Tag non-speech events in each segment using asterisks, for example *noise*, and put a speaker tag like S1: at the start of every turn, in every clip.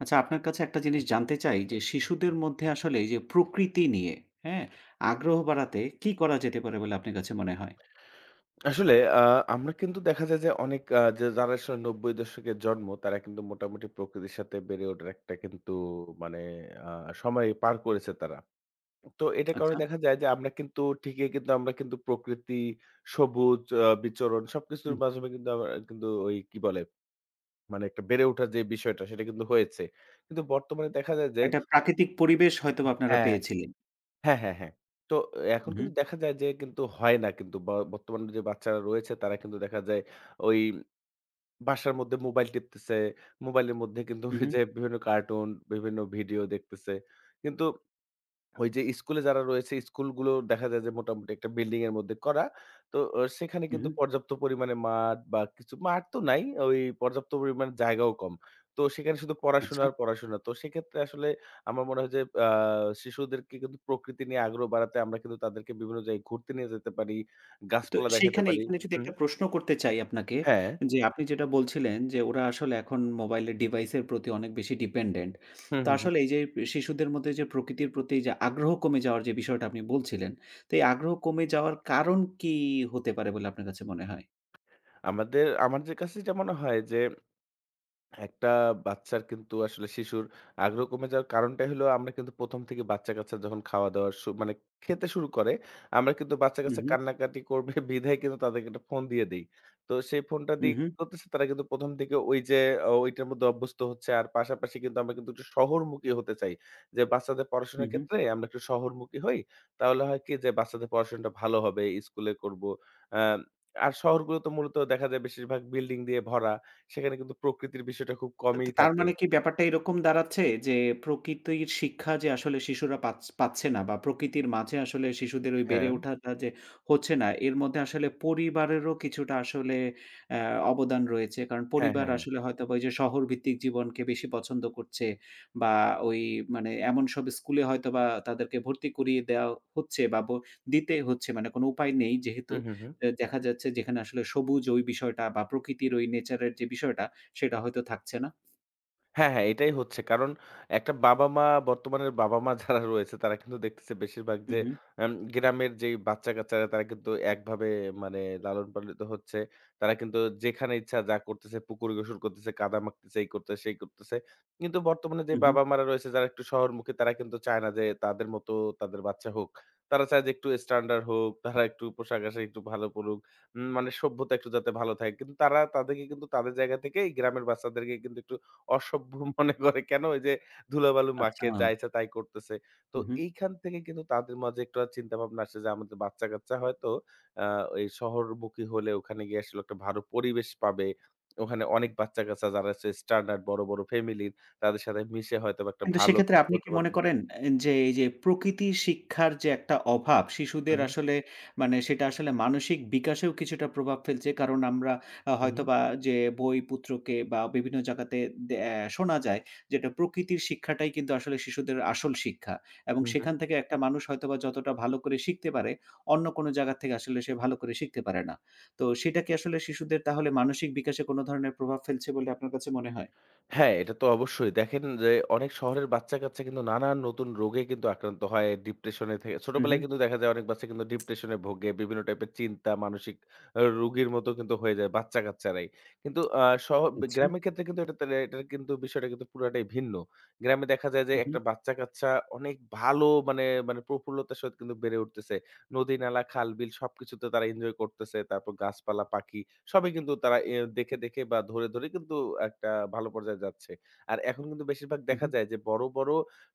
S1: আচ্ছা, আপনার কাছে একটা জিনিস জানতে চাই যে শিশুদের মধ্যে আসলে এই যে প্রকৃতি নিয়ে, হ্যাঁ? আগ্রহ বাড়াতে কি করা যেতে পারে বলে আপনার কাছে মনে হয়?
S2: আসলে আমরা কিন্তু দেখা যায় যে অনেক যে যারা আসলে ৯০ দশকের জন্ম তারা কিন্তু মোটামুটি প্রকৃতির সাথে বেড়ে ওঠার একটা কিন্তু মানে আ সময় পার করেছে তারা। তো এটার কারণে
S1: আচ্ছা।
S2: দেখা যায় যে আমরা কিন্তু ঠিকই কিন্তু আমরা কিন্তু প্রকৃতি, সবুজ বিচরণ সবকিছুর
S1: হুম।
S2: মাধ্যমে কিন্তু আমরা কিন্তু ওই কি বলে মানে একটা বেড়ে ওঠার যে বিষয়টা সেটা কিন্তু হয়েছে। কিন্তু বর্তমানে দেখা যায় যে।
S1: একটা প্রাকৃতিক পরিবেশ হয়তোবা আপনারা
S2: হ্যাঁ।
S1: পেয়েছিলেন।
S2: হ্যাঁ, হ্যাঁ, হ্যাঁ। তো এখন
S1: উহু,
S2: কিন্তু দেখা যায় যে কিন্তু হয় না কিন্তু বর্তমান যে বাচ্চারা রয়েছে তারা কিন্তু দেখা যায় ওই বাসার মধ্যে মোবাইল টিপতেছে। মোবাইলের মধ্যে কিন্তু ওই
S1: উহু,
S2: যে বিভিন্ন কার্টুন, বিভিন্ন ভিডিও দেখতেছে। কিন্তু ওই যে স্কুলে যারা রয়েছে, স্কুলগুলো দেখা যায় যে মোটামুটি একটা বিল্ডিং এর মধ্যে করা। তো সেখানে
S1: উহু।
S2: কিন্তু পর্যাপ্ত পরিমাণে মাঠ বা কিছু মাঠ তো নাই, ওই পর্যাপ্ত পরিমাণে জায়গাও কম। তো সেখানে শুধু পড়াশোনা
S1: আচ্ছা।
S2: আর পড়াশোনা। তো সেক্ষেত্রে আসলে আমার মনে হয় যে শিশুদেরকে কিন্তু প্রকৃতি নিয়ে আগ্রহ বাড়াতে আমরা কিন্তু তাদেরকে বিভিন্ন জায়গায় ঘুরতে নিয়ে যেতে পারি,
S1: তো
S2: গাছপালা দেখাতে
S1: সেইখানে
S2: পারি।
S1: এখানে যদি
S2: হুম,
S1: একটা প্রশ্ন করতে চাই আপনাকে,
S2: হ্যাঁ।
S1: যে আপনি যেটা বলছিলেন যে ওরা আসলে এখন মোবাইলের ডিভাইসের প্রতি অনেক বেশি ডিপেন্ডেন্ট।
S2: হুম,
S1: তো
S2: হুম, হুম।
S1: আসলে এই যে শিশুদের মধ্যে যে প্রকৃতির প্রতি যে আগ্রহ কমে যাওয়ার যে বিষয়টা আপনি বলছিলেন, তো এই আগ্রহ কমে যাওয়ার কারণ কি হতে পারে বলে আপনার কাছে মনে হয়?
S2: আমাদের আমার যে কাছে যেটা মনে হয় যে, একটা বাচ্চার কিন্তু আসলে শিশুর আগ্রহ কমে যাওয়ার কারণটাই হলো আমরা কিন্তু ১ম থেকে বাচ্চা-কাচ্চা যখন খাওয়া-দাওয়া মানে খেতে শুরু করে, আমরা কিন্তু
S1: হু,
S2: বাচ্চা-কাচ্চা
S1: হু,
S2: কান্নাকাটি করবে *laughs* বিধায় কিন্তু তাদেরকে একটা ফোন দিয়ে দেই। তো সেই ফোনটা
S1: হু,
S2: দিয়ে
S1: হু,
S2: কি করতেছে তারা কিন্তু ১ম থেকে ওই যে ওইটার মধ্যে অভ্যস্ত হচ্ছে। আর পাশাপাশি কিন্তু আমরা কিন্তু একটু শহরমুখী হতে চাই। যে বাচ্চাদের
S1: হু,
S2: পড়াশোনার
S1: হু।
S2: ক্ষেত্রে আমরা একটু শহরমুখী হই। তাহলে হয় কি যে বাচ্চাদের পড়াশোনাটা ভালো হবে, স্কুলে করব। আ আর শহরগুলো তো মূলত দেখা যায় বেশিরভাগ বিল্ডিং দিয়ে ভরা। সেখানে কিন্তু প্রকৃতির বিষয়টা খুব
S1: তা তা
S2: কমই
S1: তার
S2: থাকে।
S1: মানে কি ব্যাপারটা এরকম দাঁড়াচ্ছে যে প্রকৃতির শিক্ষা যে আসলে শিশুরা পাচ্ছে না বা প্রকৃতির মাঝে আসলে শিশুদের ওই বেড়ে
S2: হ্যাঁ।
S1: ওঠাটা যে হচ্ছে না, এর মধ্যে আসলে পরিবারেরও কিছুটা আসলে অ্যা অবদান রয়েছে। কারণ
S2: হ্যাঁ,
S1: পরিবার
S2: হ্যাঁ, হ্যাঁ।
S1: আসলে হয়তোবা ওই যে শহর ভিত্তিক জীবনকে বেশি পছন্দ করছে বা ওই মানে এমন সব স্কুলে হয়তোবা তাদেরকে ভর্তি করিয়ে দেওয়া হচ্ছে বা দিতে হচ্ছে মানে কোনো উপায় নেই যেহেতু।
S2: হুম, হুম, হুম।
S1: দেখা যাচ্ছে যেখানে আসলে সবুজ ওই বিষয়টা বা প্রকৃতির ওই নেচারের যে বিষয়টা সেটা হয়তো থাকছে না।
S2: হ্যাঁ, হ্যাঁ, এটাই হচ্ছে। কারণ একটা বাবা-মা বর্তমানের বাবা-মা যারা রয়েছে তারা কিন্তু দেখতেছে বেশিরভাগ
S1: হু,
S2: যে
S1: হু,
S2: গ্রামের যেই বাচ্চা-কাচ্চারা তারা কিন্তু একভাবে মানে লালন-পালিত হচ্ছে। তারা কিন্তু যেখানে ইচ্ছা যা করতেছে, পুকুরে গোসল করতেছে, কাদা মাখতেছে, এই করতেছে, সেই করতেছে। কিন্তু বর্তমানে যে
S1: হু, হু।
S2: বাবা-মারা রয়েছে যারা একটু শহরমুখী তারা কিন্তু চায় না যে তাদের মতো তাদের বাচ্চা হোক। তারা চায় যে একটু স্ট্যান্ডার্ড হোক, তারা একটু পোশাক-আশাক একটু ভালো পড়ুক। মানে সভ্যতা একটু যাতে ভালো থাকে। কিন্তু তারা তাদেরকে কিন্তু তাদের জায়গা থেকে এই গ্রামের বাচ্চাদেরকে কিন্তু একটু অসভ্য *laughs* মনে করে কেন? ওই যে ধুলাবালু
S1: আচ্ছা।
S2: মাখে, যা ইচ্ছা তাই করতেছে। তো
S1: হু, হু।
S2: এইখান থেকে কিন্তু তাদের মাঝে একটা চিন্তাভাবনা আসে যে আমাদের বাচ্চা-কাচ্চা হয়তো আ এই শহরমুখী হলে ওখানে গিয়ে আসলে একটা ভালো পরিবেশ পাবে। ওখানে অনেক বাচ্চা-কাচ্চা যারা হচ্ছে স্ট্যান্ডার্ড বড়, বড় ফ্যামিলির তাদের সাথে মিশে হয়তোবা একটা
S1: কিন্তু
S2: ভালো
S1: সেক্ষেত্রে
S2: কিছু
S1: আপনি
S2: করতে
S1: কি মনে
S2: পারবে।
S1: করেন এ যে এই যে প্রকৃতি শিক্ষার যে একটা অভাব
S2: হু,
S1: শিশুদের
S2: হু,
S1: আসলে মানে সেটা আসলে মানসিক বিকাশেও কিছুটা প্রভাব ফেলছে। কারণ আমরা
S2: হু,
S1: হয়তোবা যে বই পুত্রকে বা বিভিন্ন জায়গাতে দে অ্যা শোনা যায় যেটা প্রকৃতির শিক্ষাটাই কিন্তু আসলে শিশুদের আসল শিক্ষা। এবং
S2: হু, হু।
S1: সেখান থেকে একটা মানুষ হয়তোবা যতটা ভালো করে শিখতে পারে, অন্য কোনো জায়গা থেকে আসলে সে ভালো করে শিখতে পারে না। তো সেটা কি আসলে শিশুদের তাহলে মানসিক বিকাশে কোনো ধরনের প্রভাব ফেলছে বলে আপনার কাছে মনে হয়?
S2: হ্যাঁ, এটা তো অবশ্যই। দেখেন যে অনেক শহরের বাচ্চা-কাচ্চা কিন্তু নানান নতুন রোগে কিন্তু আক্রান্ত হয়। ডিপ্রেশন এ থেকে
S1: হু, হু।
S2: ছোটবেলায় কিন্তু দেখা যায় অনেক বাচ্চা কিন্তু ডিপ্রেশন এ ভোগে। বিভিন্ন টাইপের চিন্তা, মানসিক রোগীর মতো কিন্তু হয়ে যায় বাচ্চা-কাচ্চারাই। কিন্তু আ শহ
S1: আচ্ছা।
S2: গ্রামের ক্ষেত্রে কিন্তু এটা তাহলে এটার কিন্তু বিষয়টা কিন্তু পুরাটাই ভিন্ন। গ্রামে দেখা যায় যে
S1: হু, হু,
S2: একটা বাচ্চা-কাচ্চা অনেক ভালো মানে প্রফুল্লতার সহিত কিন্তু বেড়ে উঠতেছে। নদী, নালা, খাল-বিল সবকিছুতে তারা এনজয় করতেছে। তারপর গাছপালা, পাখি সবই কিন্তু তারা দেখে, দেখে বা ধরে, ধরে কিন্তু একটা ভালো পর্যায়ে যাচ্ছে। আর এখন কিন্তু বেশিরভাগ
S1: হু,
S2: দেখা
S1: হু।
S2: যায় যে বড়, বড়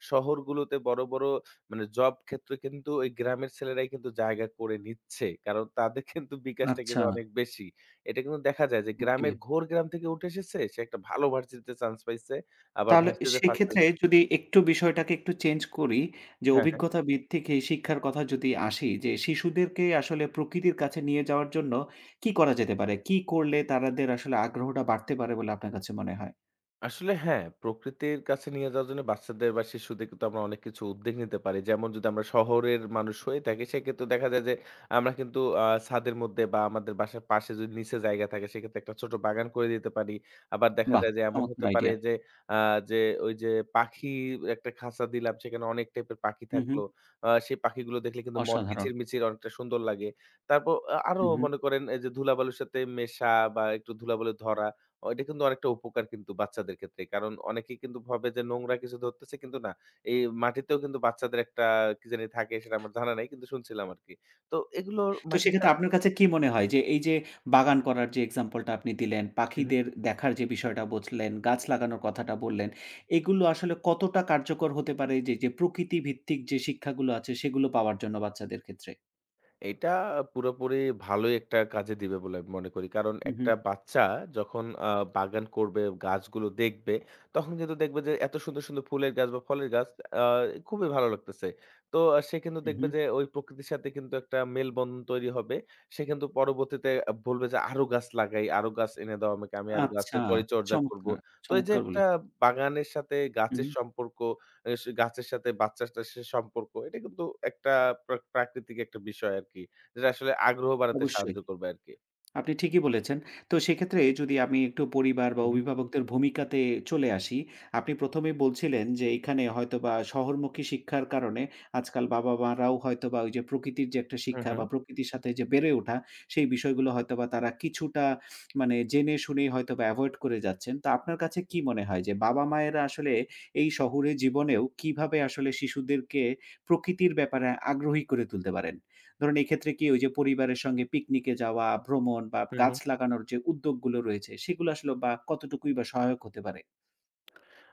S2: শহরগুলোতে বড়, বড় মানে জব ক্ষেত্রে কিন্তু ওই গ্রামের ছেলেরাই কিন্তু জায়গা করে নিচ্ছে। কারণ তাদের কিন্তু বিকাশটা
S1: আচ্ছা।
S2: কিন্তু অনেক বেশি। এটা কিন্তু দেখা যায় যে
S1: ওকে।
S2: গ্রামের ঘোর গ্রাম থেকে উঠে এসেছে। সে একটা ভালো ভার্সিটিতে চান্স পাইছে। আবার
S1: তাহলে
S2: ভার্সিটিতে ফার্স্ট
S1: সেক্ষেত্রে
S2: হইছে।
S1: যদি একটু বিষয়টাকে একটু চেঞ্জ করি যে
S2: হ্যাঁ, হ্যাঁ।
S1: অভিজ্ঞতা ভিত্তিক এই শিক্ষার কথা যদি আসি যে শিশুদেরকে আসলে প্রকৃতির কাছে নিয়ে যাওয়ার জন্য কি করা যেতে পারে? কি করলে তাদের আসলে আগ্রহটা বাড়তে পারে বলে আপনার কাছে মনে হয়?
S2: আসলে হ্যাঁ, প্রকৃতির কাছে নিয়ে যাওয়ার জন্য বাচ্চাদের বা শিশুদের কিন্তু আমরা অনেক কিছু উদ্যোগ নিতে পারি। যেমন যদি আমরা শহরের মানুষ হয়ে থাকি, সেক্ষেত্রে দেখা যায় যে আমরা কিন্তু ছাদের মধ্যে বা আমাদের বাসার পাশে যদি নিচে জায়গা থাকে, সেক্ষেত্রে একটা ছোট বাগান করে দিতে পারি। আবার দেখা
S1: বাহ!
S2: যায় যে এমন
S1: চমৎকার
S2: হতে পারে
S1: আইডিয়া।
S2: যে আ যে ওই যে পাখি একটা খাঁচা দিলাম, সেখানে অনেক টাইপের পাখি
S1: হু, হু।
S2: থাকলো। সেই পাখিগুলো দেখলে কিন্তু মন
S1: অসাধারণ।
S2: কিচিরমিচির অনেকটা সুন্দর লাগে। তারপর আরো
S1: হু, হু।
S2: মনে করেন এই যে ধুলাবালুর সাথে মেশা বা একটু ধুলাবালু ধরা এটা কিন্তু অনেকটা উপকার কিন্তু বাচ্চাদের ক্ষেত্রে। কারণ অনেকেই কিন্তু ভাবে যে নোংরা কিছু ধরতেছে কিন্তু না। এই মাটিতেও কিন্তু বাচ্চাদের একটা কি জানি থাকে সেটা আমার জানা নাই। কিন্তু শুনছিলাম আরকি। তো এগুলো
S1: তো
S2: মাটির
S1: সেক্ষেত্রে
S2: সাথে
S1: আপনার কাছে কি মনে হয় যে এই যে বাগান করার যে এক্সাম্পলটা আপনি দিলেন, পাখিদের দেখার যে বিষয়টা বললেন, গাছ লাগানোর কথাটা বললেন, এগুলো আসলে কতটা কার্যকর হতে পারে যে, যে প্রকৃতি ভিত্তিক যে শিক্ষাগুলো আছে সেগুলো পাওয়ার জন্য বাচ্চাদের ক্ষেত্রে?
S2: এইটা পুরোপুরি ভালোই একটা কাজে দিবে বলে আমি মনে করি। কারণ
S1: হু, হু,
S2: একটা বাচ্চা যখন বাগান করবে, গাছগুলো দেখবে, তখন কিন্তু দেখবে যে এত সুন্দর, সুন্দর ফুলের গাছ বা ফলের গাছ আ খুবই ভালো লাগতেছে। তো আহ, সে কিন্তু
S1: হু, হু।
S2: দেখবে যে ওই প্রকৃতির সাথে কিন্তু একটা মেলবন্ধন তৈরি হবে। সে কিন্তু পরবর্তীতে বলবে যে আরো গাছ লাগাই, আরো গাছ এনে দাও আমাকে। আমি আরো
S1: আচ্ছা,
S2: গাছের পরিচর্যা করব।
S1: চমৎকার,
S2: তো এই যে
S1: চমৎকার
S2: একটা
S1: বলেছেন।
S2: বাগানের সাথে
S1: হু,
S2: গাছের সম্পর্ক গাছের সাথে বাচ্চাটার সে সম্পর্ক। এটা কিন্তু একটা প্রাকৃতিক একটা বিষয় আরকি। যেটা আসলে আগ্রহ বাড়াতে
S1: অবশ্যই।
S2: সাহায্য করবে আরকি।
S1: আপনি ঠিকই বলেছেন। তো সেক্ষেত্রে যদি আমি একটু পরিবার বা
S2: হু, হু।
S1: অভিভাবকদের ভূমিকাতে চলে আসি, আপনি ১ম এই বলছিলেন যে এখানে হয়তোবা শহরমুখী শিক্ষার কারণে আজকাল বাবা-মারাও হয়তোবা ওই যে প্রকৃতির যে একটা
S2: হু,
S1: শিক্ষা
S2: হু।
S1: বা প্রকৃতির সাথে যে বেড়ে ওঠা, সেই বিষয়গুলো হয়তোবা তারা কিছুটা মানে জেনে শুনেই হয়তোবা এভয়েড করে যাচ্ছেন। তো আপনার কাছে কি মনে হয় যে বাবা-মায়েরা আসলে এই শহুরে জীবনেও কিভাবে আসলে শিশুদেরকে প্রকৃতির ব্যাপারে আগ্রহী করে তুলতে পারেন? ধরুন এক্ষেত্রে কি ওই যে পরিবারের সঙ্গে পিকনিকে যাওয়া, ভ্রমণ বা
S2: হু, হু।
S1: গাছ লাগানোর যে উদ্যোগগুলো রয়েছে সেগুলো আসলে বা কতটুকুই বা সহায়ক হতে পারে?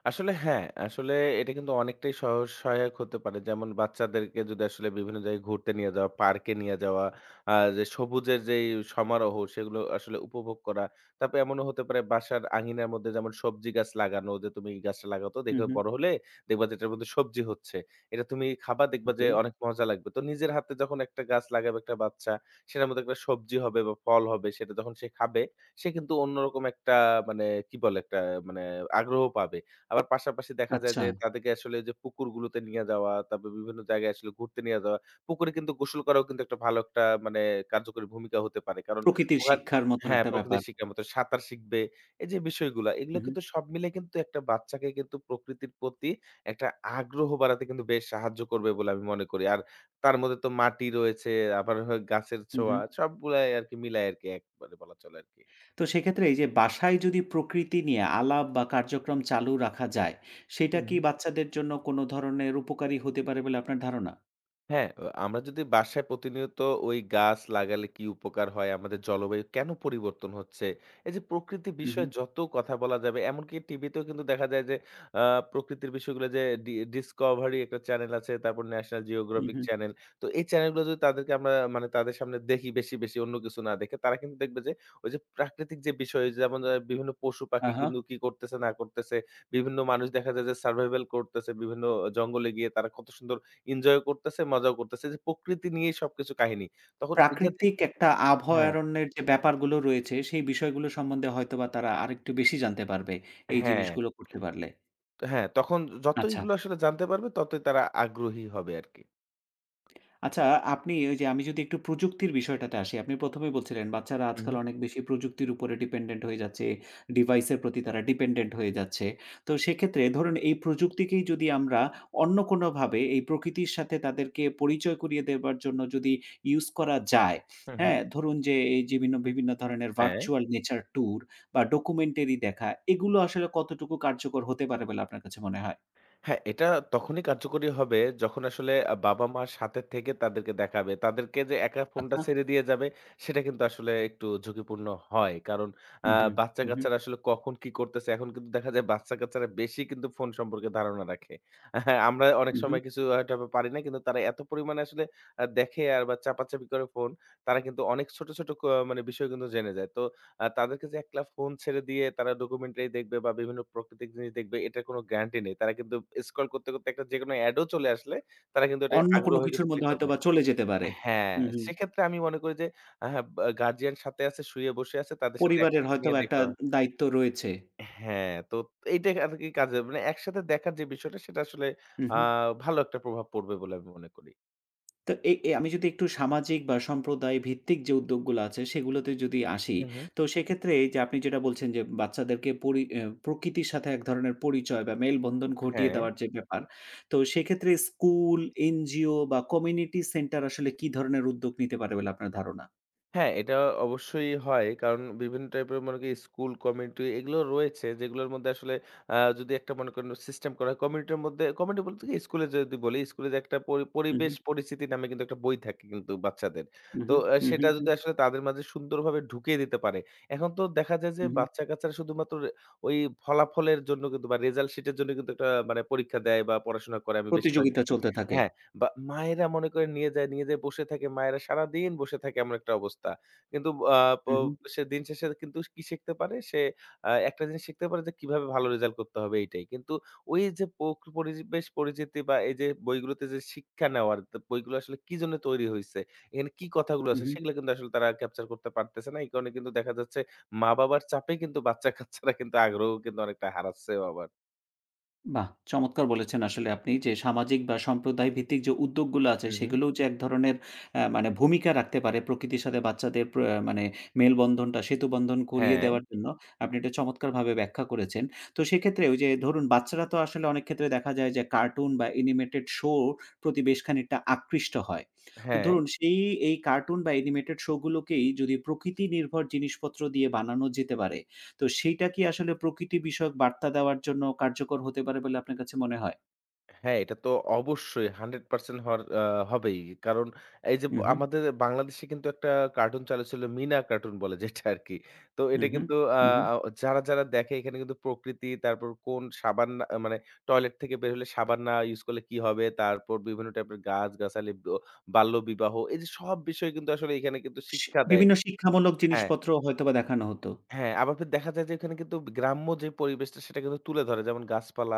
S2: আসলে হ্যাঁ, আসলে এটা কিন্তু অনেকটাই সহজ সহায়ক হতে পারে। যেমন বাচ্চাদেরকে যদি আসলে বিভিন্ন জায়গায় ঘুরতে নিয়ে যাওয়া, পার্কে নিয়ে যাওয়া, যে সবুজের যেই সমারোহ সেগুলো আসলে উপভোগ করা। তারপরে এমনও হতে পারে বাসার আঙিনার মধ্যে যেমন সবজি গাছ লাগানো যে, "তুমি এই গাছটা লাগাও তো
S1: হুম,
S2: দেখবে
S1: হুম।
S2: বড় হলে দেখবা যে এটার মধ্যে সবজি হচ্ছে। এটা তুমি খাবা দেখবা যে
S1: ওকে।
S2: অনেক মজা লাগবে।" তো নিজের হাতে যখন একটা গাছ লাগাবে একটা বাচ্চা, সেটার মধ্যে একটা সবজি হবে বা ফল হবে সেটা যখন সে খাবে, সে কিন্তু অন্যরকম একটা মানে কি বলে? একটা মানে আগ্রহ পাবে। আবার পাশাপাশি দেখা যায়
S1: আচ্ছা,
S2: যে তাদেরকে আসলে যে পুকুরগুলোতে নিয়ে যাওয়া, তারপর বিভিন্ন জায়গায় আসলে ঘুরতে নিয়ে যাওয়া। পুকুরে কিন্তু গোসল করাও কিন্তু একটা ভালো একটা মানে কার্যকরী ভূমিকা হতে পারে। কারণ
S1: প্রকৃতির
S2: ওখান
S1: শিক্ষার মতন
S2: হ্যাঁ,
S1: একটা ব্যাপার।
S2: প্রকৃতির শিক্ষার মতো সাঁতার শিখবে। এই যে বিষয়গুলা এগুলো
S1: হুম,
S2: কিন্তু সব মিলে কিন্তু একটা বাচ্চাকে কিন্তু প্রকৃতির প্রতি একটা আগ্রহ বাড়াতে কিন্তু বেশ সাহায্য করবে বলে আমি মনে করি। আর তার মধ্যে তো মাটি রয়েছে, আবার হয় গাছের
S1: হুম,
S2: ছোঁয়া
S1: হুম।
S2: সবগুলাই আরকি মিলায় আরকি একবারে বলা চলে আরকি।
S1: তো সেক্ষেত্রে এই যে বাসায় যদি প্রকৃতি নিয়ে আলাপ বা কার্যক্রম চালু রাখা যায়, সেটা
S2: হুম।
S1: কি বাচ্চাদের জন্য কোনো ধরনের উপকারী হতে পারে বলে আপনার ধারণা?
S2: হ্যাঁ, আমরা যদি বাসায় প্রতিনিয়ত ওই গাছ লাগালে কি উপকার হয়, আমাদের জলবায়ু কেন পরিবর্তন হচ্ছে? এই যে প্রকৃতি
S1: হুম,
S2: বিষয়ে
S1: হুম,
S2: যত কথা বলা যাবে, এমনকি টিভিতেও কিন্তু দেখা যায় যে আ প্রকৃতির বিষয়গুলো যে ডিসকভারি একটা চ্যানেল আছে, তারপর national
S1: hmm,
S2: geographic
S1: hmm.
S2: Channel. তো এই চ্যানেলগুলো যদি তাদেরকে আমরা মানে তাদের সামনে দেখি বেশি, বেশি অন্য কিছু না দেখে, তারা কিন্তু দেখবে যে ওই যে প্রাকৃতিক যে বিষয় যেমন বিভিন্ন পশু-পাখি
S1: আহা!
S2: কিন্তু কি করতেছে না করতেছে, বিভিন্ন মানুষ দেখা যায় যে সার্ভাইভাল করতেছে, বিভিন্ন জঙ্গলে গিয়ে তারা কত সুন্দর এনজয় করতেছে, মজাও করতেছে। যে প্রকৃতি নিয়েই সবকিছু কাহিনী। তখন এগুলা
S1: প্রাকৃতিক একটা
S2: হ্যাঁ,
S1: আভয়ারণ্যের যে ব্যাপারগুলো রয়েছে, সেই বিষয়গুলো সম্বন্ধে হয়তোবা তারা আরেকটু বেশি জানতে পারবে, এই
S2: হ্যাঁ,
S1: জিনিসগুলো করতে পারলে।
S2: তো হ্যাঁ, তখন যত
S1: আচ্ছা।
S2: এগুলো আসলে জানতে পারবে ততই তারা আগ্রহী হবে আরকি।
S1: আচ্ছা, আপনি ওই যে আমি যদি একটু প্রযুক্তির বিষয়টাতে আসি। আপনি ১ম এই বলছিলেন বাচ্চারা
S2: হু, হু,
S1: আজকাল অনেক বেশি প্রযুক্তির উপরে ডিপেন্ডেন্ট হয়ে যাচ্ছে। ডিভাইসের প্রতি তারা ডিপেন্ডেন্ট হয়ে যাচ্ছে। তো সেক্ষেত্রে ধরুন এই প্রযুক্তিকেই যদি আমরা অন্য কোনোভাবে এই প্রকৃতির সাথে তাদেরকে পরিচয় করিয়ে দেবার জন্য যদি ইউজ করা যায়,
S2: হু, হু।
S1: হ্যাঁ? ধরুন যে এই যে বিভিন্ন বিভিন্ন ধরনের
S2: হ্যাঁ।
S1: ভার্চুয়াল নেচার ট্যুর বা ডকুমেন্টারি দেখা এগুলো আসলে কতটুকু কার্যকর হতে পারে বলে আপনার কাছে মনে হয়?
S2: হ্যাঁ, এটা তখনই কার্যকরী হবে যখন আসলে বাবা-মার সাথে থেকে তাদেরকে দেখাবে। তাদেরকে যে একা ফোনটা
S1: আচ্ছা।
S2: ছেড়ে দিয়ে যাবে, সেটা কিন্তু আসলে একটু ঝুঁকিপূর্ণ হয়। কারণ আ
S1: উহু, উহু,
S2: বাচ্চা-কাচ্চারা আসলে কখন কি করতেছে, এখন কিন্তু দেখা যায় বাচ্চা-কাচ্চারা বেশি কিন্তু ফোন সম্পর্কে ধারণা রাখে। হ্যাঁ, আমরা অনেক
S1: উহু।
S2: সময় কিছু হয়তো বা পারি না। কিন্তু তারা এত পরিমাণে আসলে দেখে আর বা চাপাচাপি করে ফোন, তারা কিন্তু অনেক ছোট, ছোট মানে বিষয় কিন্তু জেনে যায়। তো তাদেরকে যে একলা ফোন ছেড়ে দিয়ে তারা ডকুমেন্টারি দেখবে বা বিভিন্ন প্রাকৃতিক জিনিস দেখবে এটার কোনো গ্যারান্টি নেই। তারা কিন্তু স্ক্রল করতে, করতে একটা যেকোনো এডও চলে আসলে তারা কিন্তু এটা
S1: অন্য
S2: আগ্রহ
S1: কোনো
S2: হয়ে
S1: কিছুর
S2: কিন্তু ক্লিক
S1: মধ্যে
S2: করবে।
S1: হয়তোবা চলে যেতে পারে।
S2: হ্যাঁ,
S1: হু, হু।
S2: সেক্ষেত্রে আমি মনে করি যে হ্যাঁ, বা গার্ডিয়ান সাথে আছে, শুয়ে বসে আছে তাদের সাথে
S1: পরিবারের
S2: একসাথে নিয়ে
S1: হয়তোবা একটা
S2: দেখলো।
S1: দায়িত্ব রয়েছে।
S2: হ্যাঁ, তো এইটা আরকি কাজে মানে একসাথে দেখার যে বিষয়টা সেটা আসলে
S1: হু,
S2: আ
S1: হু।
S2: ভালো একটা প্রভাব পড়বে বলে আমি মনে করি।
S1: তো এ এ আমি যদি একটু সামাজিক বা সম্প্রদায় ভিত্তিক যে উদ্যোগগুলো আছে সেগুলোতে যদি আসি,
S2: হু, হু।
S1: তো সেক্ষেত্রে এই যে আপনি যেটা বলছেন যে বাচ্চাদেরকে পরি অ্যা প্রকৃতির সাথে এক ধরনের পরিচয় বা মেলবন্ধন ঘটিয়ে
S2: হ্যাঁ।
S1: দেওয়ার যে ব্যাপার, তো সেক্ষেত্রে স্কুল, এনজিও বা কমিউনিটি সেন্টার আসলে কি ধরনের উদ্যোগ নিতে পারে বলে আপনার ধারণা?
S2: হ্যাঁ, এটা অবশ্যই হয়। কারণ বিভিন্ন টাইপের মনে করেন স্কুল, কমিউনিটি এগুলো রয়েছে যেগুলোর মধ্যে আসলে যদি একটা মনে করেন সিস্টেম করা হয় কমিউনিটির মধ্যে কমিউনিটি বলতে কি স্কুলে যদি বলি, স্কুলে যে একটা
S1: হু, হু,
S2: পরিবেশ পরিস্থিতি নামে কিন্তু একটা বই থাকে কিন্তু বাচ্চাদের।
S1: হু,
S2: তো
S1: হু, হু,
S2: সেটা
S1: হু,
S2: যদি আসলে তাদের মাঝে সুন্দরভাবে ঢুকিয়ে দিতে পারে। এখন তো দেখা যায় যে
S1: হু, হু।
S2: বাচ্চা-কাচ্চারা শুধুমাত্র ওই ফলাফলের জন্য কিন্তু বা রেজাল্ট শিটের জন্য কিন্তু একটা মানে পরীক্ষা দেয় বা পড়াশোনা করে আমি বেশিরভাগ
S1: প্রতিযোগিতা
S2: দেখি।
S1: চলতে থাকে।
S2: হ্যাঁ। বা মায়েরা মনে করেন নিয়ে যায়, নিয়ে যেয়ে বসে থাকে। মায়েরা সারাদিন বসে থাকে এমন একটা অবস্থা। কিন্তু আ প
S1: হু, হু,
S2: সে দিন শেষে কিন্তু কি শিখতে পারে? সে একটা জিনিস শিখতে পারে যে কিভাবে ভালো রেজাল্ট করতে হবে এইটাই। কিন্তু ওই যে পরিবেশ পরিচিতি বা এই যে বইগুলোতে যে শিক্ষা নেওয়ার তো বইগুলো আসলে কি জন্য তৈরি হইছে? এখানে কি কথাগুলো
S1: হু,
S2: আছে?
S1: হু।
S2: সেগুলো কিন্তু আসলে তারা ক্যাপচার করতে পারতেছে না। এই কারণে কিন্তু দেখা যাচ্ছে মা-বাবার চাপে কিন্তু বাচ্চা-কাচ্চারা কিন্তু আগ্রহ কিন্তু অনেকটা হারাচ্ছেও আবার।
S1: বাহ! চমৎকার বলেছেন আসলে আপনি যে সামাজিক বা সম্প্রদায় ভিত্তিক যে উদ্যোগগুলো আছে
S2: হুম, হুম।
S1: সেগুলোও যে এক ধরনের মানে ভূমিকা রাখতে পারে প্রকৃতির সাথে বাচ্চাদের মানে মেলবন্ধনটা সেতুবন্ধন করিয়ে
S2: হ্যাঁ,
S1: দেওয়ার জন্য আপনি এটা চমৎকারভাবে ব্যাখ্যা করেছেন। তো সেক্ষেত্রে ওই যে ধরুন বাচ্চারা তো আসলে অনেক ক্ষেত্রে দেখা যায় যে কার্টুন বা অ্যানিমেটেড শো প্রতি বেশ খানিকটা আকৃষ্ট হয়। তো
S2: হ্যাঁ।
S1: ধরুন সেই এই কার্টুন বা অ্যানিমেটেড শো গুলোকেই যদি প্রকৃতি নির্ভর জিনিসপত্র দিয়ে বানানো যেতে পারে তো সেইটা কি আসলে প্রকৃতি বিষয়ক বার্তা দেওয়ার জন্য কার্যকর হতে পারে বলে আপনার কাছে মনে হয়?
S2: হ্যাঁ, এটা তো অবশ্যই 100% হওয়ার হবেই। কারণ এই যে
S1: হু, হু,
S2: আমাদের বাংলাদেশে কিন্তু একটা কার্টুন চালু ছিল মিনা কার্টুন বলে যেটা আরকি। তো
S1: হু,
S2: এটা
S1: হু,
S2: কিন্তু আ
S1: হু, হু।
S2: আ যারা, যারা দেখে এখানে কিন্তু প্রকৃতি তারপর কোন সাবান না আহ, মানে টয়লেট থেকে বের হলে সাবান না ইউজ করলে কি হবে? তারপর বিভিন্ন টাইপের গাছ-গাছালি, বাল্যবিবাহ এই যে সব বিষয় কিন্তু আসলে এখানে কিন্তু
S1: সি
S2: শিক্ষা দেয়।
S1: বিভিন্ন শিক্ষামূলক
S2: হ্যাঁ।
S1: জিনিসপত্র হয়তোবা দেখানো হতো।
S2: হ্যাঁ, আবার ফের দেখা যায় যে ওখানে কিন্তু গ্রাম্য যে পরিবেশটা সেটা কিন্তু তুলে ধরে। যেমন গাছপালা,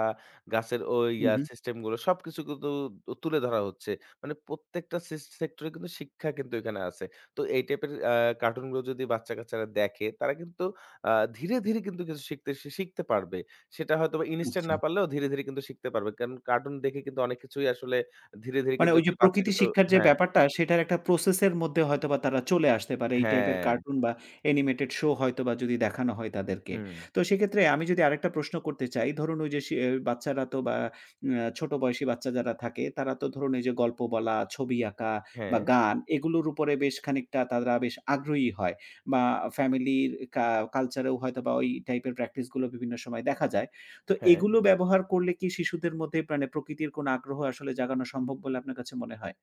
S2: গাছের ঐ
S1: হু,
S2: ইয়া
S1: হু,
S2: সিস্টেম গুলো সবকিছু কিন্তু তুলে ধরা হচ্ছে। মানে প্রত্যেকটা সেক্টরে কিন্তু শিক্ষা কিন্তু এখানে আছে। তো এই টাইপের কার্টুন গুলো যদি বাচ্চা-কাচ্চারা দেখে তারা কিন্তু আ ধীরে, ধীরে কিন্তু কিছু শিখতে শিখতে পারবে। সেটা হয়তোবা ইনস্ট্যান্ট
S1: আচ্ছা।
S2: না পারলেও ধীরে, ধীরে কিন্তু শিখতে পারবে। কারণ কার্টুন দেখে কিন্তু অনেক কিছুই আসলে ধীরে, ধীরে
S1: মানে
S2: কিন্তু
S1: ওই যে
S2: একটা বাচ্চা
S1: প্রকৃতি
S2: কিন্তু।
S1: শিক্ষার যে
S2: হ্যাঁ,
S1: ব্যাপারটা সেটার একটা প্রসেস এর মধ্যে হয়তোবা তারা চলে আসতে পারে। এই টাইপের
S2: হ্যাঁ।
S1: কার্টুন বা অ্যানিমেটেড শো হয়তোবা যদি দেখানো হয় তাদেরকে।
S2: হুম।
S1: তো সেক্ষেত্রে আমি যদি আরেকটা প্রশ্ন করতে চাই, ধরুন ওই যে সে বাচ্চারা তো বা আ ছোট বয়সী বাচ্চা যারা থাকে তারা তো ধরুন এই যে গল্প বলা, ছবি আঁকা বা
S2: হ্যাঁ,
S1: গান এগুলোর উপরে বেশ খানিকটা তারা বেশ আগ্রহী হয় বা ফ্যামিলির কালচারেও হয়তোবা ওই টাইপের প্র্যাকটিস গুলো বিভিন্ন সময় দেখা যায়। তো
S2: হ্যাঁ।
S1: এগুলো ব্যবহার করলে কি শিশুদের মধ্যে মানে প্রকৃতির কোন আগ্রহ আসলে জাগানো সম্ভব বলে আপনার কাছে মনে হয়?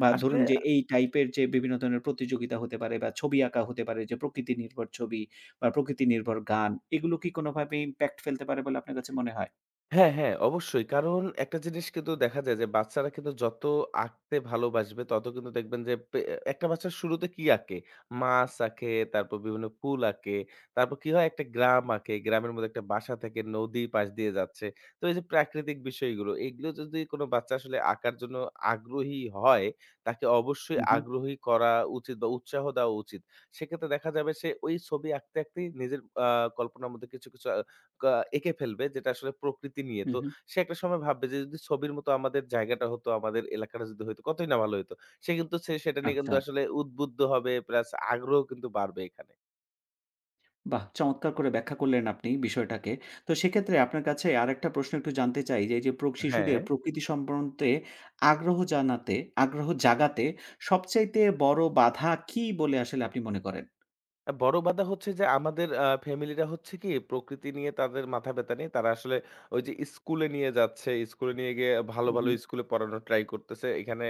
S1: বা
S2: আসলে
S1: ধরুন যে এই টাইপের যে বিভিন্ন ধরনের প্রতিযোগিতা হতে পারে বা ছবি আঁকা হতে পারে যে প্রকৃতি নির্ভর ছবি বা প্রকৃতি নির্ভর গান এগুলো কি কোনোভাবে ইমপ্যাক্ট ফেলতে পারে বলে আপনার কাছে মনে হয়?
S2: হ্যাঁ, হ্যাঁ, অবশ্যই। কারণ একটা জিনিস কিন্তু দেখা যায় যে বাচ্চারা কিন্তু যত আঁকতে ভালোবাসবে তত কিন্তু দেখবেন যে একটা বাচ্চা শুরুতে কি আঁকে? মাছ আঁকে, তারপর বিভিন্ন ফুল আঁকে। তারপর কি হয়? একটা গ্রাম আঁকে। গ্রামের মধ্যে একটা বাসা থাকে, নদী পাশ দিয়ে যাচ্ছে। তো এই যে প্রাকৃতিক বিষয়গুলো, এগুলো যদি কোনো বাচ্চা আসলে আঁকার জন্য আগ্রহী হয়, তাকে অবশ্যই
S1: হু, হু,
S2: আগ্রহী করা উচিত বা উৎসাহ দেওয়া উচিত। সেক্ষেত্রে দেখা যাবে সে ওই ছবি আঁকতে, আঁকতেই নিজের কল্পনার মধ্যে কিছু, কিছু আ কা এঁকে ফেলবে যেটা আসলে প্রকৃতি নিয়ে।
S1: হু,
S2: তো
S1: হু।
S2: সে একটা সময় ভাববে যে যদি ছবির মতো আমাদের জায়গাটা হতো, আমাদের এলাকাটা যদি হইতো কতই না ভালো হইতো। সে কিন্তু সে সেটা নিয়ে কিন্তু
S1: আচ্ছা।
S2: আসলে উদ্বুদ্ধ হবে প্লাস আগ্রহ কিন্তু বাড়বে এখানে।
S1: বাহ! চমৎকার করে ব্যাখ্যা করলেন আপনি বিষয়টাকে। তো সেক্ষেত্রে আপনার কাছে আরেকটা প্রশ্ন একটু জানতে চাই যে, এই যে
S2: হ্যাঁ।
S1: শিশুদের প্রকৃতি সম্বন্ধে আগ্রহ জানাতে আগ্রহ জাগাতে সবচাইতে বড় বাধা কী বলে আসলে আপনি মনে করেন?
S2: বড় বাধা হচ্ছে যে আমাদের ফ্যামিলিরা হচ্ছে কি প্রকৃতি নিয়ে তাদের মাথা ব্যাথা নেই। তারা আসলে ওই যে স্কুলে নিয়ে যাচ্ছে, স্কুলে নিয়ে গিয়ে ভালো, ভালো
S1: উহু,
S2: স্কুলে পড়ানোর ট্রাই করতেছে। এখানে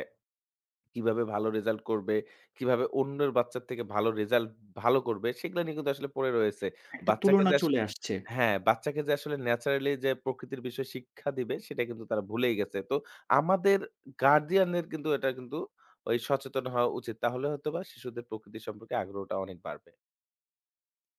S2: কিভাবে ভালো রেজাল্ট করবে, কিভাবে অন্যের বাচ্চার থেকে ভালো রেজাল্ট ভালো করবে, সেগুলা নিয়ে কিন্তু আসলে পড়ে রয়েছে।
S1: একটা
S2: বাচ্চাকে
S1: তুলনা
S2: যে আস
S1: চলে আসছে।
S2: হ্যাঁ, বাচ্চাকে যে আসলে ন্যাচারালি যে প্রকৃতির বিষয়ে শিক্ষা দিবে, সেটা কিন্তু তারা ভুলেই গেছে। তো আমাদের গার্ডিয়ানদের কিন্তু এটা কিন্তু ওই সচেতন হওয়া উচিত। তাহলে হয়তোবা শিশুদের প্রকৃতি সম্পর্কে আগ্রহটা অনেক বাড়বে।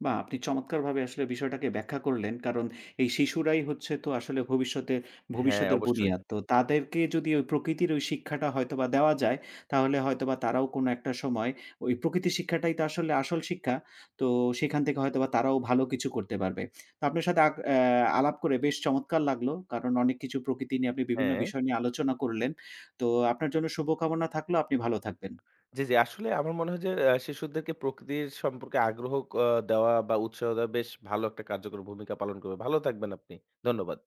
S1: বাহ! আপনি চমৎকারভাবে আসলে বিষয়টাকে ব্যাখ্যা করলেন। কারণ এই শিশুরাই হচ্ছে তো আসলে ভবিষ্যতে
S2: হ্যাঁ,
S1: ভবিষ্যতের
S2: অবশ্যই।
S1: বুনিয়াদ। তো তাদেরকে যদি ওই প্রকৃতির ওই শিক্ষাটা হয়তোবা দেওয়া যায়, তাহলে হয়তোবা তারাও কোনো একটা সময় ওই প্রকৃতির শিক্ষাটাই তো আসলে আসল শিক্ষা। তো সেখান থেকে হয়তোবা তারাও ভালো কিছু করতে পারবে। তো আপনার সাথে আক অ্যা আলাপ করে বেশ চমৎকার লাগলো। কারণ অনেক কিছু প্রকৃতি নিয়ে আপনি বিভিন্ন
S2: হ্যাঁ।
S1: বিষয় নিয়ে আলোচনা করলেন। তো আপনার জন্য শুভকামনা থাকলো। আপনি ভালো থাকবেন।
S2: জি, জি। আসলে আমার মনে হয় যে শিশুদেরকে প্রকৃতির সম্পর্কে আগ্রহ দেওয়া বা উৎসাহ দেওয়া বেশ ভালো একটা কার্যকর ভূমিকা পালন করবে। ভালো থাকবেন আপনি। ধন্যবাদ।